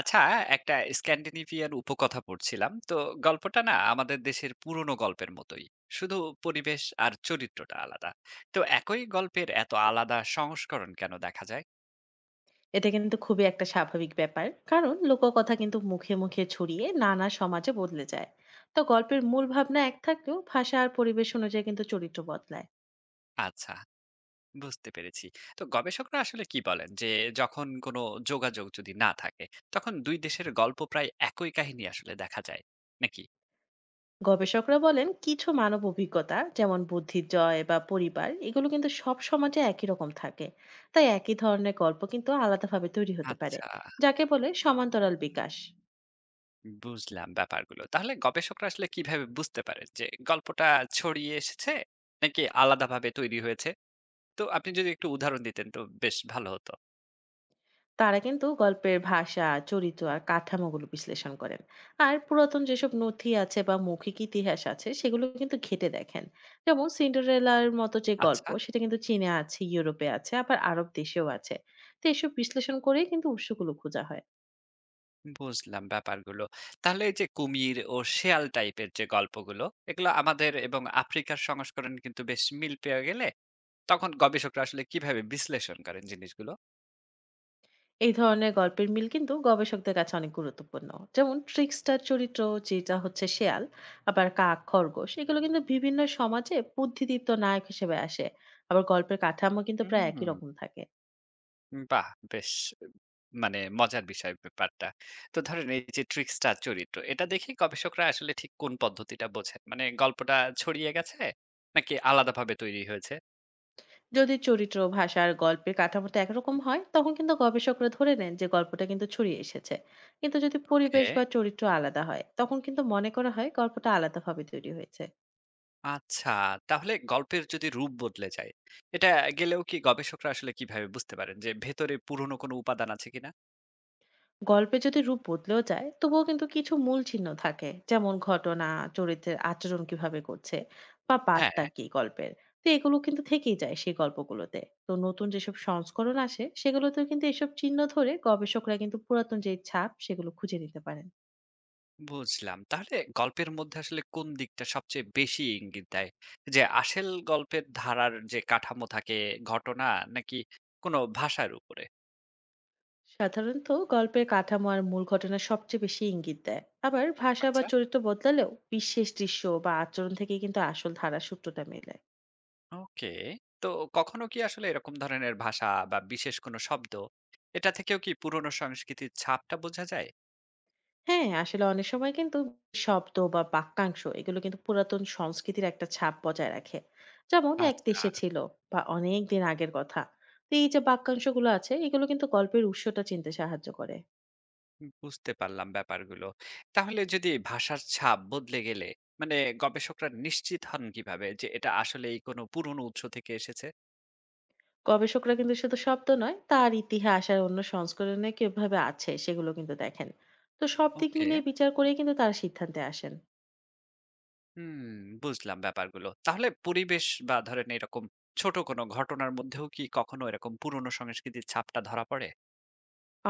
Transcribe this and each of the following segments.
আচ্ছা একটা স্ক্যান্ডিনেভিয়ান উপকথা পড়ছিলাম তো। গল্পটা না আমাদের দেশের পুরনো গল্পের মতোই, শুধু পরিবেশ আর চরিত্রটা আলাদা। তো একই গল্পের এত আলাদা সংস্করণ কেন দেখা যায়? এটা কিন্তু খুবই একটা স্বাভাবিক ব্যাপার, কারণ লোককথা কিন্তু মুখে মুখে ছড়িয়ে নানা সমাজে বদলে যায়। তো গল্পের মূল ভাবনা এক থাকলেও ভাষা আর পরিবেশ অনুযায়ী কিন্তু চরিত্র বদলায়। আচ্ছা, বুঝতে পেরেছি। তো গবেষকরা আসলে কি বলেন যে, যখন যোগাযোগ যদি না থাকে, তখন দুই দেশের গল্প প্রায় একই কাহিনী আসলে দেখা যায় নাকি? গবেষকরা বলেন, কিছু মানব অভিজ্ঞতা যেমন বুদ্ধির জয় বা পরিবার, এগুলো কিন্তু সব সমাজে একই রকম থাকে। তাই একই ধরনের গল্প কিন্তু আলাদাভাবে তৈরি হতে পারে, আচ্ছা, যাকে বলে সমান্তরাল বিকাশ। বুঝলাম ব্যাপারগুলো। তাহলে গবেষকরা আসলে কিভাবে বুঝতে পারেন যে গল্পটা ছড়িয়ে এসেছে, নাকি আলাদাভাবে তৈরি হয়েছে? তো আপনি যদি একটু উদাহরণ দিতেন তো বেশ ভালো হতো। তারা কিন্তু গল্পের ভাষা, চরিত্র আর কাঠামোগুলো বিশ্লেষণ করেন, আর পুরাতন যেসব নথি আছে বা মৌখিক ইতিহাস আছে সেগুলো কিন্তু ঘেঁটে দেখেন। যেমন সিন্ডারেলার মতো যে গল্প, আচ্ছা, সেটা কিন্তু চীনে আছে, ইউরোপে আছে, আবার আরব দেশেও আছে। তো এসব বিশ্লেষণ করে কিন্তু উৎসগুলো খোঁজা হয়। বুঝলাম ব্যাপারগুলো। তাহলে এই যে কুমির ও শেয়াল টাইপের যে গল্পগুলো, এগুলো আমাদের এবং আফ্রিকার সংস্করণ কিন্তু বেশ মিল পেয়ে গেলে, তখন গবেষকরা আসলে কিভাবে বিশ্লেষণ করেন জিনিসগুলো? এই ধরনের গল্পের মিল কিন্তু গবেষকদের কাছে অনেক গুরুত্বপূর্ণ। যেমন ট্রিকস্টার চরিত্র, যেটা হচ্ছে শেয়াল, আবার কাক, খরগোশ, এগুলো কিন্তু বিভিন্ন সমাজে বুদ্ধিদীপ্ত নায়ক হিসেবে আসে। আবার গল্পের কাঠামো কিন্তু প্রায় হুম, একই রকম থাকে। বাহ! বেশ, মানে মজার বিষয় ব্যাপারটা। তো ধরেন এই যে ট্রিকস্টার চরিত্র, এটা দেখেই গবেষকরা আসলে ঠিক কোন পদ্ধতিটা বোঝেন? মানে গল্পটা ছড়িয়ে গেছে নাকি আলাদাভাবে তৈরি হয়েছে? যদি চরিত্র, ভাষা আর গল্পের কাঠামোটা একরকম হয়, তখন কিন্তু গবেষকরা ধরে নেন যে গল্পটা কিন্তু ছড়িয়ে এসেছে। কিন্তু যদি ওকে। পরিবেশ বা চরিত্র আলাদা হয়, তখন কিন্তু মনে করা হয় গল্পটা আলাদাভাবে তৈরি হয়েছে। আচ্ছা, তাহলে গল্পের যদি রূপ বদলে যায়, এটা গেলেও কি গবেষকরা আসলে কিভাবে বুঝতে পারেন যে ভেতরে পুরনো কোনো উপাদান আছে কিনা? গল্পে যদি রূপ বদলেও যায়, তবুও কিন্তু কিছু মূল চিহ্ন থাকে, যেমন ঘটনা, চরিত্রের আচরণ কিভাবে করছে, বা হ্যাঁ, বার্তা কি গল্পের। তো এগুলো কিন্তু থেকেই যায় সেই গল্পগুলোতে। তো নতুন যেসব সংস্করণ আসে, সেগুলোতেও কিন্তু এসব চিহ্ন ধরে গবেষকরা কিন্তু পুরাতন যে ছাপ সেগুলো খুঁজে নিতে পারেন। বুঝলাম। তাহলে গল্পের মধ্যে আসলে কোন দিকটা সবচেয়ে বেশি ইঙ্গিত দেয়? যে আসল গল্পের ধারার যে কাঠামো থাকে, ঘটনা, নাকি কোনো ভাষার উপরে? সাধারণত গল্পের কাঠামো আর মূল ঘটনা সবচেয়ে বেশি ইঙ্গিত দেয়, আবার ভাষা বা আচ্ছা, চরিত্র বদলালেও বিশেষ দৃশ্য বা আচরণ থেকে কিন্তু আসল ধারার সূত্রটা মেলে। ওকে। তো কখনো কি আসলে এরকম ধরনের ভাষা বা বিশেষ কোনো শব্দ, এটা থেকেও কি পুরনো সংস্কৃতির ছাপটা বোঝা যায়? হ্যাঁ, আসলে অনেক সময় কিন্তু শব্দ বা বাক্যাংশ, এগুলো কিন্তু পুরাতন সংস্কৃতির একটা ছাপ বজায় রাখে। যেমন এক আচ্ছা, দেশে ছিল, বা অনেক দিন আগের কথা। তো এই যে বাক্যাংশগুলো আছে, এগুলো কিন্তু গল্পের উৎসটা চিনতে সাহায্য করে। বুঝতে পারলাম ব্যাপারগুলো। তাহলে যদি ভাষার ছাপ বদলে গেলে, মানে গবেষকরা নিশ্চিত হন কিভাবে যে এটা আসলেই কোনো পুরনো উৎস থেকে এসেছে? গবেষকরা কিন্তু শুধু শব্দ নয়, তার ইতিহাস আর অন্য সংস্করণে কিভাবে আছে সেগুলো কিন্তু দেখেন। তো সব দিক ওকে। মিলিয়ে বিচার করে কিন্তু তারা সিদ্ধান্তে আসেন। হুম, বুঝলাম ব্যাপারগুলো। তাহলে পরিবেশ বা ধরেন এরকম ছোট কোনো ঘটনার মধ্যেও কি কখনো এরকম পুরনো সংস্কৃতির ছাপটা ধরা পড়ে?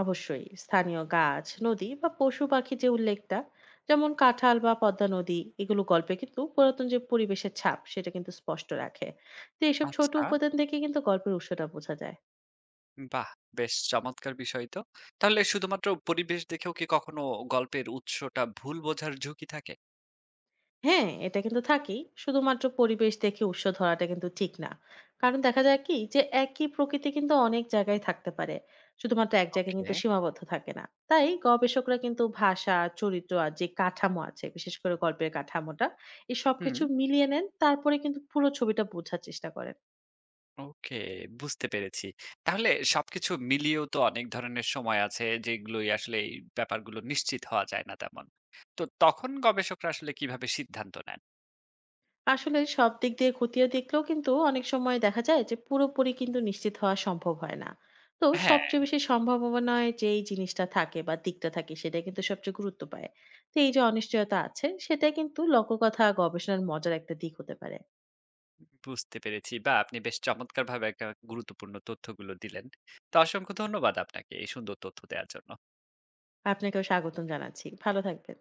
অবশ্যই স্থানীয় গাছ, নদী বা পশু পাখি যে উল্লেখটা, যেমন কাঁঠাল বা পদ্মা নদী, এগুলো গল্পে কিন্তু পুরাতন যে পরিবেশের ছাপ সেটা কিন্তু স্পষ্ট রাখে। তো এইসব ছোট আচ্ছা, উপাদান থেকে কিন্তু গল্পের উৎসটা বোঝা যায়। বাহ! বেশ চমৎকার বিষয় তো। তাহলে শুধুমাত্র পরিবেশ দেখেও কি কখনো গল্পের উৎসটা ভুল বোঝার ঝুঁকি থাকে? হ্যাঁ, এটা কিন্তু থাকেই। শুধুমাত্র পরিবেশ দেখে উৎস ধরাটা কিন্তু ঠিক না, কারণ দেখা যায় কি যে একই প্রকৃতি কিন্তু অনেক জায়গায় থাকতে পারে, শুধুমাত্র এক জায়গায় ওকে, কিন্তু সীমাবদ্ধ থাকে না। তাই গবেষকরা কিন্তু ভাষা, চরিত্র আর যে কাঠামো আছে, বিশেষ করে গল্পের কাঠামোটা, এই হুম। সবকিছু মিলিয়ে নেন, তারপরে কিন্তু পুরো ছবিটা বোঝার চেষ্টা করেন। ওকে, বুঝতে পেরেছি। তাহলে সবকিছু মিলিয়েও তো অনেক ধরনের সময় আছে যেগুলোই আসলে এই ব্যাপারগুলো নিশ্চিত হওয়া যায় না তেমন। তো তখন গবেষকরা আসলে কিভাবে সিদ্ধান্ত নেন? আসলে সব দিক দিয়ে খতিয়ে দেখলেও কিন্তু অনেক সময় দেখা যায় যে পুরোপুরি কিন্তু নিশ্চিত হওয়া সম্ভব হয় না। তো হ্যাঁ, সবচেয়ে বেশি সম্ভাবনায় যে এই জিনিসটা থাকে বা দিকটা থাকে, সেটা কিন্তু সবচেয়ে গুরুত্ব পায়। তো এই যে অনিশ্চয়তা আছে, সেটা কিন্তু লোককথা গবেষণার মজার একটা দিক হতে পারে। বুঝতে পেরেছি। বা আপনি বেশ চমৎকারভাবে একটা গুরুত্বপূর্ণ তথ্যগুলো দিলেন। তো অসংখ্য ধন্যবাদ আপনাকে এই সুন্দর তথ্য দেওয়ার জন্য। আপনাকেও স্বাগতম জানাচ্ছি, ভালো থাকবেন।